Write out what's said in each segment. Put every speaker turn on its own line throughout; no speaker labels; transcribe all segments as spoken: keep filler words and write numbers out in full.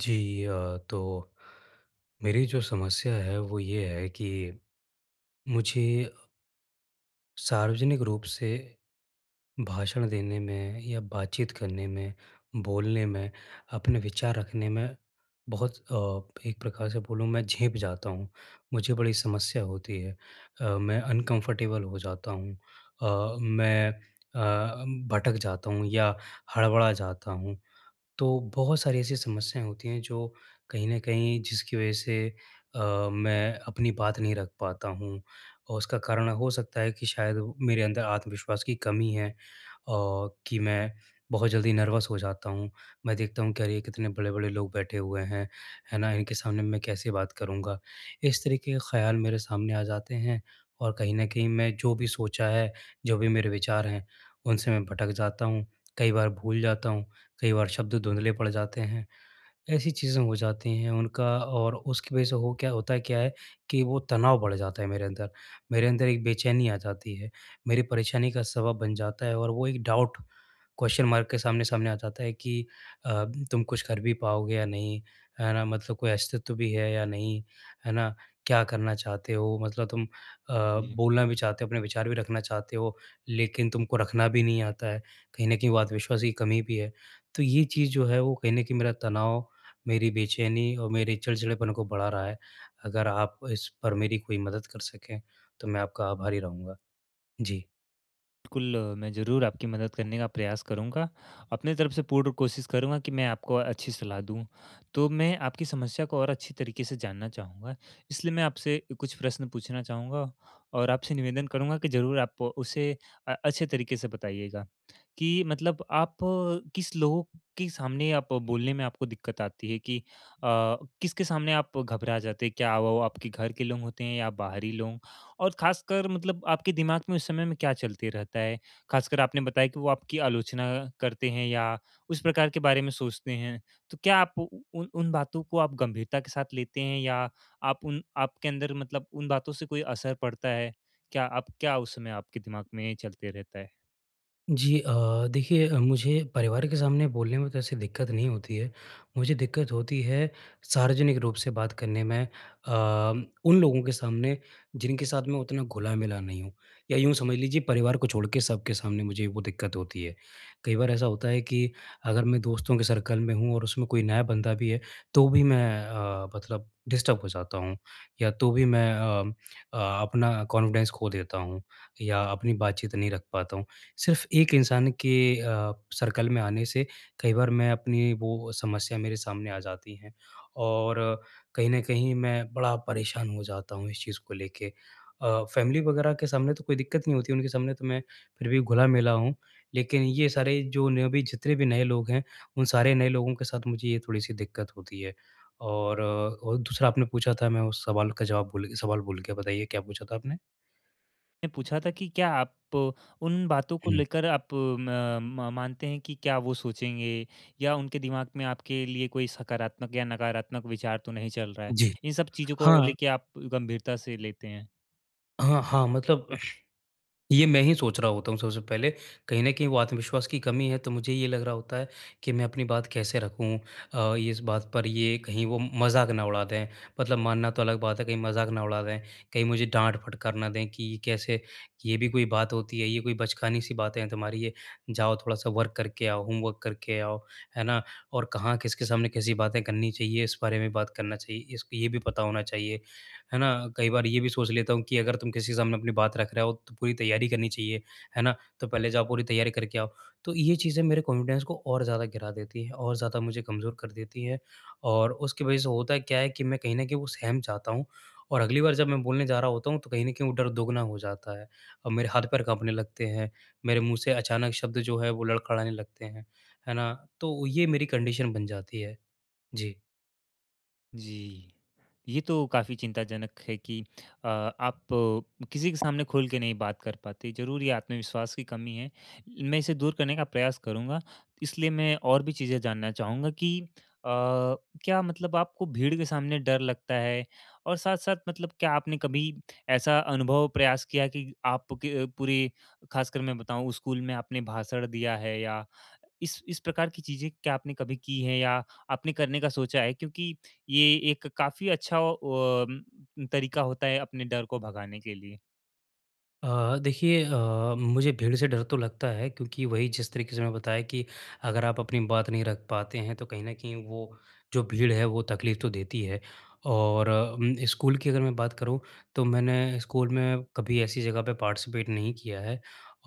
जी अ, तो मेरी जो समस्या है वो ये है कि मुझे सार्वजनिक रूप से भाषण देने में या बातचीत करने में, बोलने में, अपने विचार रखने में बहुत अ, एक प्रकार से बोलूँ मैं झेंप जाता हूँ। मुझे बड़ी समस्या होती है। अ, मैं अनकम्फ़र्टेबल हो जाता हूँ। अ, मैं अ, भटक जाता हूँ या हड़बड़ा जाता हूँ। तो बहुत सारी ऐसी समस्याएँ होती हैं जो कहीं न कहीं जिसकी वज़ह से अ, मैं अपनी बात नहीं रख पाता हूँ और उसका कारण हो सकता है कि शायद वो- मेरे अंदर आत्मविश्वास की कमी है और कि मैं बहुत जल्दी नर्वस हो जाता हूँ। मैं देखता हूँ कि अरे! ये कितने बड़े-बड़े लोग बैठे हुए हैं, है ना? इनके सामने मैं कैसे बात करूँगा? इस तरीके के ख़्याल मेरे सामने आ जाते हैं और कहीं न कहीं मैं जो भी सोचा है, जो भी मेरे विचार हैं, उनसे मैं भटक जाता हूँ, कई बार भूल जाता हूँ, कई बार शब्द धुंधले पड़ जाते हैं, ऐसी चीज़ें हो जाती हैं उनका और उसकी वजह से हो क्या होता है क्या है कि वो तनाव बढ़ जाता है मेरे अंदर। मेरे अंदर एक बेचैनी आ जाती है, मेरी परेशानी का सबब बन जाता है और वो एक डाउट क्वेश्चन मार्क के सामने-सामने आ जाता है कि अ, तुम कुछ कर भी पाओगे या नहीं, है ना? मतलब कोई अस्तित्व भी है या नहीं, है ना? क्या करना चाहते हो? मतलब तुम अ,
जी,
बोलना भी चाहते हो, अपने विचार भी रखना चाहते हो, लेकिन तुमको रखना भी नहीं आता है। कहीं न कहीं वो आत्मविश्वास की कमी भी है। तो ये चीज़ जो है वो कहीं न कहीं मेरा तनाव, मेरी बेचैनी और मेरे चिड़चिड़ेपन को बढ़ा रहा है। अगर आप इस पर मेरी कोई मदद कर सकें, तो मैं आपका आभारी रहूँगा। जी।
बिल्कुल अ, मैं ज़रूर आपकी मदद करने का प्रयास करूँगा। अपने तरफ से पूर्ण कोशिश करूँगा कि मैं आपको अच्छी सलाह दूँ। तो मैं आपकी समस्या को और अच्छी तरीके से जानना चाहूँगा, इसलिए मैं आपसे कुछ प्रश्न पूछना चाहूँगा और आपसे निवेदन करूँगा कि ज़रूर आप उसे अ, अच्छे तरीके से बताइएगा कि मतलब आप अ, किस लोगों के सामने आप बोलने में आपको दिक्कत आती है कि अ, किसके सामने आप घबरा जाते हैं? क्या वो आपके घर के लोग होते हैं या बाहरी लोग? और खासकर मतलब आपके दिमाग में उस समय में क्या चलते रहता है? खासकर आपने बताया कि वो आपकी आलोचना करते हैं या उस प्रकार के बारे में सोचते हैं। तो क्या आप उ उन उन बातों को आप गंभीरता के साथ लेते हैं या आप उन आपके अंदर मतलब उन बातों से कोई असर पड़ता है? क्या आप क्या उस समय आपके दिमाग में चलते रहता है?
जी, अ, देखिए, अ, मुझे परिवार के सामने बोलने में तो ऐसी दिक्कत नहीं होती है। मुझे दिक्कत होती है सार्वजनिक रूप से बात करने में, अ, उन लोगों के सामने जिनके साथ मैं उतना घुला-मिला नहीं हूँ, या यूँ समझ लीजिए परिवार को छोड़ के सबके सामने मुझे वो दिक्कत होती है। कई बार ऐसा होता है कि अगर मैं दोस्तों के सर्कल में हूँ और उसमें कोई नया बंदा भी है, तो भी मैं अ, मतलब डिस्टर्ब हो जाता हूँ, या तो भी मैं अ अ, अपना कॉन्फिडेंस खो देता हूँ या अपनी बातचीत नहीं रख पाता हूँ। सिर्फ़ एक इंसान के अ, सर्कल में आने से कई बार मैं अपनी वो समस्या मेरे सामने आ जाती हैं, और कहीं न कहीं मैं बड़ा परेशान हो जाता हूँ इस चीज़ को लेके। अ, फ़ैमिली वगैरह के सामने तो कोई दिक्कत नहीं होती, उनके सामने तो मैं फिर भी घुला-मिला हूँ, लेकिन ये सारे जो न भी जितने भी नए लोग हैं, उन सारे नए लोगों के साथ मुझे ये थोड़ी-सी दिक्कत होती है। और अ, और दूसरा आपने पूछा था, मैं उस सवाल का जवाब भूल सवाल भूल गया, बताइए क्या पूछा था आपने?
ने पूछा था कि क्या आप उन बातों को
हुँ।
लेकर आप म म मानते हैं कि क्या वो सोचेंगे या उनके दिमाग में आपके लिए कोई सकारात्मक या नकारात्मक विचार तो नहीं चल रहा है?
जी।
इन सब चीज़ों को
हाँ,
लेके आप गंभीरता से लेते हैं।
हाँ, हाँ, मतलब ये मैं ही सोच रहा होता हूँ सबसे पहले। कहीं न कहीं वो आत्मविश्वास की कमी है तो मुझे ये लग रहा होता है कि मैं अपनी बात कैसे रखूँ? अ, इस बात पर ये कहीं वो मज़ाक ना उड़ा दें। मतलब मानना तो अलग बात है, कहीं मज़ाक ना उड़ा दें, कहीं मुझे डाँट-फटकार ना दें कि ये कैसे, ये भी कोई बात होती है, ये कोई बचकानी-सी बातें हैं तुम्हारी ये, जाओ थोड़ा-सा वर्क करके आओ, होमवर्क करके आओ, है ना? और कहाँ किसके सामने कैसी बातें करनी चाहिए, इस बारे में बात करना चाहिए, इसको ये भी पता होना चाहिए। है ना? कई बार ये भी सोच लेता हूँ कि अगर तुम किसी के सामने अपनी बात रख रहे हो तो पूरी तैयारी करनी चाहिए, है ना? तो पहले जाओ पूरी तैयारी करके आओ। तो ये चीज़ें मेरे कॉन्फिडेंस को और ज़्यादा गिरा देती हैं और ज़्यादा मुझे कमज़ोर कर देती हैं, और उसकी वज़ह से होता क्या है कि मैं कहीं न कहीं वो सहम जाता हूँ, और अगली बार जब मैं बोलने जा रहा होता हूँ तो कहीं न कहीं वो डर दोगुना हो जाता है और मेरे हाथ-पैर काँपने लगते हैं, मेरे मुँह से अचानक शब्द जो है वो लड़खड़ाने लगते हैं, है ना? तो ये मेरी कंडीशन बन जाती है। जी।
जी। ये तो काफ़ी चिंताजनक है कि अ, आप अ, किसी के सामने खुल के नहीं बात कर पाते। ज़रूर ये आत्मविश्वास की कमी है। मैं इसे दूर करने का प्रयास करूँगा। इसलिए मैं और भी चीज़ें जानना चाहूँगा कि अ, क्या मतलब आपको भीड़ के सामने डर लगता है? और साथ-साथ मतलब क्या आपने कभी ऐसा अनुभव प्रयास किया कि आपके पूरे ख़ासकर मैं बताऊँ स्कूल में आपने भाषण दिया है या इस इस प्रकार की चीज़ें क्या आपने कभी की हैं या आपने करने का सोचा है? क्योंकि ये एक काफ़ी अच्छा अ, उम, तरीका होता है अपने डर को भगाने के लिए।
अ, देखिए, अ, मुझे भीड़ से डर तो लगता है क्योंकि वही जिस तरीके से मैं बताया कि अगर आप अपनी बात नहीं रख पाते हैं तो कहीं न कहीं वो जो भीड़ है वो तकलीफ़ तो देती है। और उम, स्कूल की अगर मैं बात करूँ तो मैंने स्कूल में कभी ऐसी जगह पे पार्टिसिपेट नहीं किया है,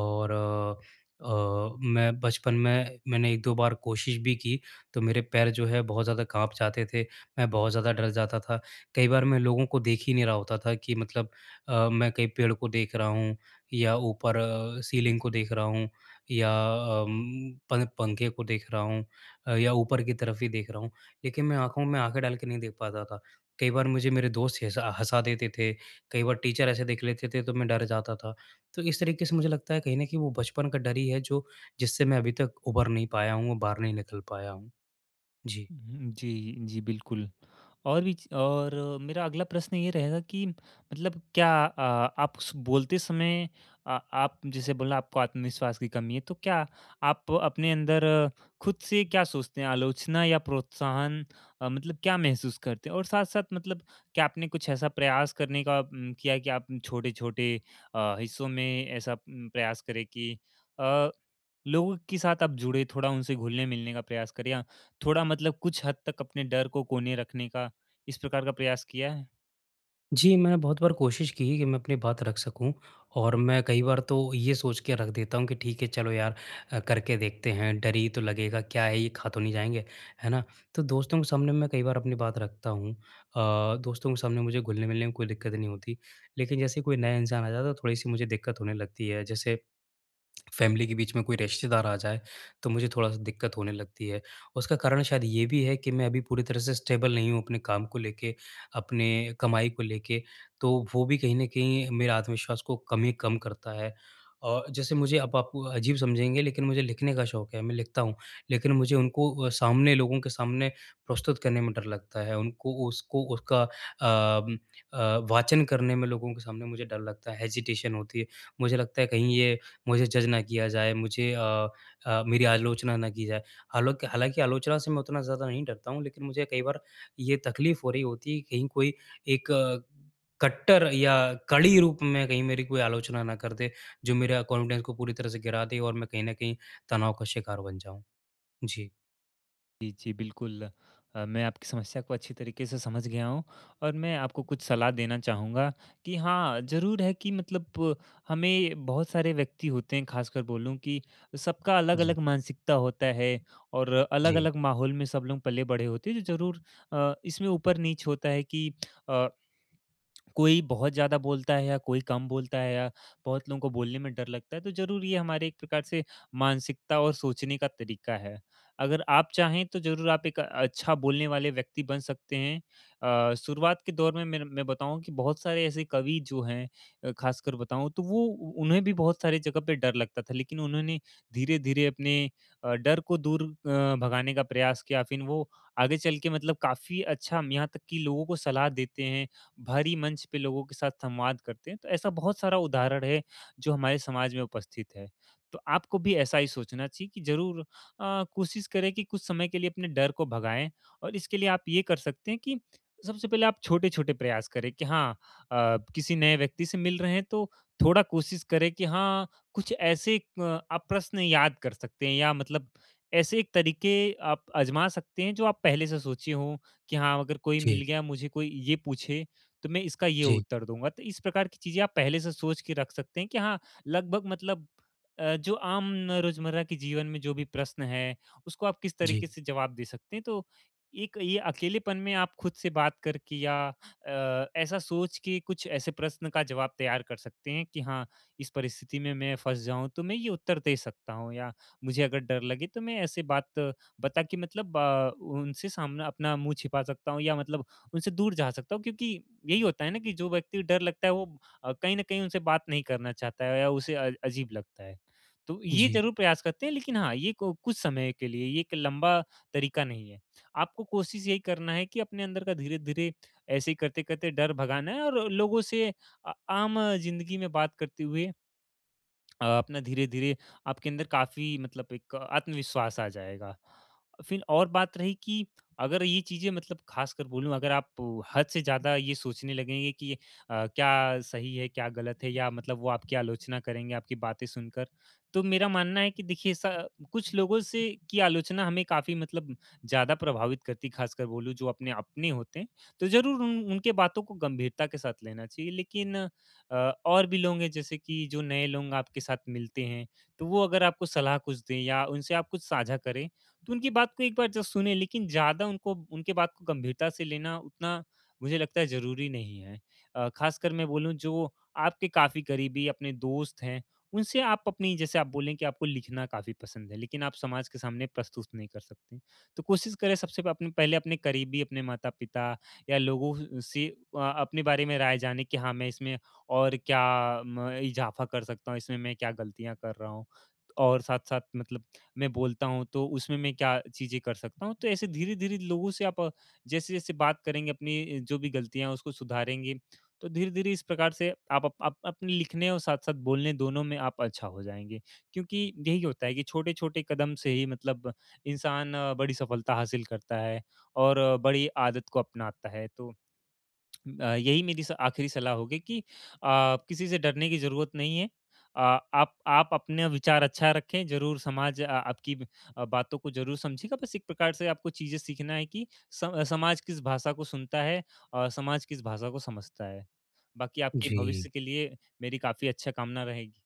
और अ, अ, मैं बचपन में मैंने एक-दो बार कोशिश भी की तो मेरे पैर जो है बहुत ज़्यादा काँप जाते थे, मैं बहुत ज़्यादा डर जाता था। कई बार मैं लोगों को देख ही नहीं रहा होता था कि मतलब अ, मैं कहीं पेड़ को देख रहा हूँ, या ऊपर अ, सीलिंग को देख रहा हूँ, या अम, पं पंखे को देख रहा हूँ, अ, या ऊपर की तरफ ही देख रहा हूँ। लेकिन मैं आँखों में आँखें डाल के नहीं देख पाता था। कई बार मुझे मेरे दोस्त हँसा हँसा देते थे, कई बार टीचर ऐसे देख लेते थे तो मैं डर जाता था। तो इस तरीके से मुझे लगता है कहीं न कहीं वो बचपन का डर ही है जो जिससे मैं अभी तक उभर नहीं पाया हूँ, बाहर नहीं निकल पाया हूँ। जी।
हुँ, जी, जी, बिल्कुल। और भी च और अ, मेरा अगला प्रश्न ये रहेगा कि मतलब क्या अ, आप स बोलते समय अ, आप जैसे बोला आपको आत्मविश्वास की कमी है, तो क्या आप अपने अंदर अ, खुद से क्या सोचते हैं? आलोचना या प्रोत्साहन अ, मतलब क्या महसूस करते हैं? और साथ-साथ मतलब क्या आपने कुछ ऐसा प्रयास करने का उम, किया है कि आप छोटे-छोटे अ, हिस्सों में ऐसा उम, प्रयास करें कि अ, लोगों के साथ आप जुड़े, थोड़ा उनसे घुलने-मिलने का प्रयास करें या थोड़ा मतलब कुछ हद तक अपने डर को कोने रखने का इस प्रकार का प्रयास किया है?
जी, मैंने बहुत बार कोशिश की है कि मैं अपनी बात रख सकूँ, और मैं कई बार तो ये सोच के रख देता हूँ कि ठीक है चलो यार, अ, करके देखते हैं, डर ही तो लगेगा, क्या है ये, खा तो नहीं जाएँगे, है ना? तो दोस्तों के सामने मैं कई बार अपनी बात रखता हूँ, अ, दोस्तों के सामने मुझे घुलने-मिलने में कोई दिक्कत नहीं होती। लेकिन जैसे कोई नया इंसान आ जाता है, तो थोड़ी-सी मुझे दिक्कत होने लगती है। जैसे फैमिली के बीच में कोई रिश्तेदार आ जाए, तो मुझे थोड़ा-सा दिक्कत होने लगती है। उसका कारण शायद ये भी है कि मैं अभी पूरी तरह से स्टेबल नहीं हूँ अपने काम को लेके, अपने कमाई को लेके, तो वो भी कहीं न कहीं मेरे आत्मविश्वास को कमी कम करता है। और जैसे मुझे अब आप अजीब समझेंगे, लेकिन मुझे लिखने का शौक है, मैं लिखता हूँ, लेकिन मुझे उनको अ, सामने लोगों के सामने प्रस्तुत करने में डर लगता है, उनको उसको उसका अम अ, वाचन करने में लोगों के सामने मुझे डर लगता है, हेजिटेशन होती है। मुझे लगता है कहीं ये मुझे जज ना किया जाए, मुझे अ अ, मेरी आलोचना ना की जाए। हालाँकि हालाँकि आलोचना से मैं उतना ज़्यादा नहीं डरता हूँ, लेकिन मुझे कई बार ये तकलीफ़ हो रही होती है कि कहीं कोई एक अ, कट्टर या कड़ी रूप में कहीं मेरी कोई आलोचना ना कर दे, जो मेरा कॉन्फिडेंस को पूरी तरह से गिरा दे और मैं कहीं न कहीं तनाव का शिकार बन जाऊँ। जी,
जी, जी, बिल्कुल। अ, मैं आपकी समस्या को अच्छी तरीके से समझ गया हूँ और मैं आपको कुछ सलाह देना चाहूँगा कि हाँ, ज़रूर है कि मतलब हमें बहुत सारे व्यक्ति होते हैं, ख़ासकर बोलूँ कि सबका
जी,
अलग-अलग मानसिकता होता है और
जी,
अलग-अलग माहौल में सब लोग पले-बड़े होते हैं, जो ज़रूर अ, इसमें ऊपर-नीच होता है कि अ कोई बहुत ज़्यादा बोलता है या कोई कम बोलता है या बहुत लोगों को बोलने में डर लगता है तो ज़रूर ये हमारे एक प्रकार से मानसिकता और सोचने का तरीका है। अगर आप चाहें तो ज़रूर आप एक अच्छा बोलने वाले व्यक्ति बन सकते हैं। अ, शुरुआत के दौर में मैं मैं बताऊँ कि बहुत सारे ऐसे कवि जो हैं अ, ख़ासकर बताऊँ तो वो उन्हें भी बहुत सारी जगह पे डर लगता था लेकिन उन्होंने धीरे-धीरे अपने अ, डर को दूर अ, भगाने का प्रयास किया फिर वो आगे चल के मतलब काफ़ी अच्छा यहाँ तक कि लोगों को सलाह देते हैं भारी मंच पे लोगों के साथ संवाद करते हैं। तो ऐसा बहुत सारा उदाहरण है जो हमारे समाज में उपस्थित है। तो आपको भी ऐसा ही सोचना चाहिए कि ज़रूर अ, कोशिश करें कि कुछ समय के लिए अपने डर को भगाएँ और इसके लिए आप ये कर सकते हैं कि सबसे पहले आप छोटे-छोटे प्रयास करें कि हाँ अ, किसी नए व्यक्ति से मिल रहे हैं तो थोड़ा कोशिश करें कि हाँ, कुछ ऐसे अ, आप प्रश्न याद कर सकते हैं या मतलब ऐसे एक तरीके आप आज़मा सकते हैं जो आप पहले से सोचे हों कि हाँ, अगर कोई
जी,
मिल गया मुझे कोई ये पूछे तो मैं इसका ये
जी,
उत्तर दूँगा। तो इस प्रकार की चीज़ें आप पहले से सोच के रख सकते हैं कि हाँ, लगभग मतलब अ, जो आम रोज़मर्रा के जीवन में जो भी प्रश्न है, उसको आप किस तरीके
जी,
से जवाब दे सकते हैं। तो एक ये अकेलेपन में आप खुद से बात करके या अ, ऐसा सोच के कुछ ऐसे प्रश्न का जवाब तैयार कर सकते हैं कि हाँ, इस परिस्थिति में मैं फँस जाऊँ तो मैं ये उत्तर दे सकता हूँ या मुझे अगर डर लगे तो मैं ऐसे बात बता के मतलब अ, उनसे सामना अपना मुँह छिपा सकता हूँ या मतलब उनसे दूर जा सकता हूँ क्योंकि यही होता है ना कि जो व्यक्ति डर लगता है वो अ, कहीं न कहीं उनसे बात नहीं करना चाहता है या उसे अ, अजीब लगता है। तो
जी,
ये
जी।
ज़रूर प्रयास करते हैं लेकिन हाँ, ये को कुछ समय के लिए, ये एक लंबा तरीका नहीं है। आपको कोशिश यही करना है कि अपने अंदर का धीरे-धीरे ऐसे ही करते-करते डर भगाना है और लोगों से अ, आम ज़िंदगी में बात करते हुए अ, अपना धीरे-धीरे आपके अंदर काफ़ी मतलब एक आत्मविश्वास आ जाएगा। फिर और बात रही कि अगर ये चीज़ें मतलब ख़ासकर बोलूँ अगर आप हद से ज़्यादा ये सोचने लगेंगे कि अ, क्या सही है, क्या गलत है या मतलब वो आपकी आलोचना करेंगे, आपकी बातें सुनकर। तो मेरा मानना है कि देखिए स कुछ लोगों से की आलोचना हमें काफ़ी मतलब ज़्यादा प्रभावित करती है, ख़ासकर बोलूँ जो अपने अपने होते हैं। तो ज़रूर उन उनके बातों को गंभीरता के साथ लेना चाहिए। लेकिन अ, और भी लोग हैं जैसे कि जो नए लोग आपके साथ मिलते हैं, तो वो अगर आपको सलाह कुछ दें या उनसे आप कुछ साझा करें, तो उनकी बात को एक बार ज़ सुनें लेकिन ज़्यादा उनको उनके बात को गंभीरता से लेना उतना मुझे लगता है ज़रूरी नहीं है। अ, ख़ासकर मैं बोलूँ जो आपके काफ़ी करीबी अपने दोस्त हैं, उनसे आप अपनी जैसे आप बोलें कि आपको लिखना काफ़ी पसंद है, लेकिन आप समाज के सामने प्रस्तुत नहीं कर सकते। तो कोशिश करें सबसे प अपने पहले अपने करीबी, अपने माता-पिता या लोगों से अ, अपने बारे में राय जानें कि हाँ, मैं इसमें और क्या मैं इज़ाफ़ा कर सकता हूँ, इसमें मैं क्या गलतियाँ कर रहा हूँ? और साथ-साथ मतलब मैं बोलता हूँ, तो उसमें मैं क्या चीज़ें कर सकता हूँ? तो ऐसे धीरे-धीरे लोगों से आप जैसे-जैसे बात करेंगे, अपनी जो भी गलतियाँ हैं, उसको सुधारेंगे, तो धीरे-धीरे इस प्रकार से आप अप आप अपने लिखने और साथ-साथ बोलने दोनों में आप अच्छा हो जाएँगे। क्योंकि यही होता है कि छोटे-छोटे कदम से ही मतलब इंसान अ, बड़ी सफलता हासिल करता है और अ, बड़ी आदत को अपनाता है, तो अ, यही मेरी स आखिरी सलाह होगी कि अ, किसी से डरने की ज़रूरत नहीं है। अ, आप आप अपना विचार अच्छा रखें, ज़रूर समाज अ, आपकी ब- अ, बातों को ज़रूर समझेगा। बस एक प्रकार से आपको चीज़ें सीखना है कि सम अ, समाज किस भाषा को सुनता है और समाज किस भाषा को समझता है। बाकी आपके
जी।
भविष्य के लिए मेरी काफ़ी अच्छा कामना रहेगी।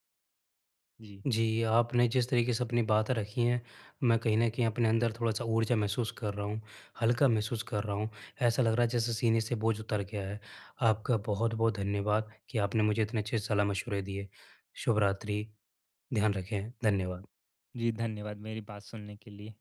जी।
जी, आपने जिस तरीके से अपनी बातें रखी हैं, मैं कहीं न कहीं अपने अंदर थोड़ा-सा ऊर्जा महसूस कर रहा हूँ, हल्का महसूस कर रहा हूँ। ऐसा लग रहा है जैसे सीने से बोझ उतर गया है। आपका बहुत-बहुत धन्यवाद कि आपने मुझे इतने अच्छे सलाह-मशवरे दिए। शुभ रात्रि, ध्यान रखें, धन्यवाद।
जी, धन्यवाद मेरी बात सुनने के लिए।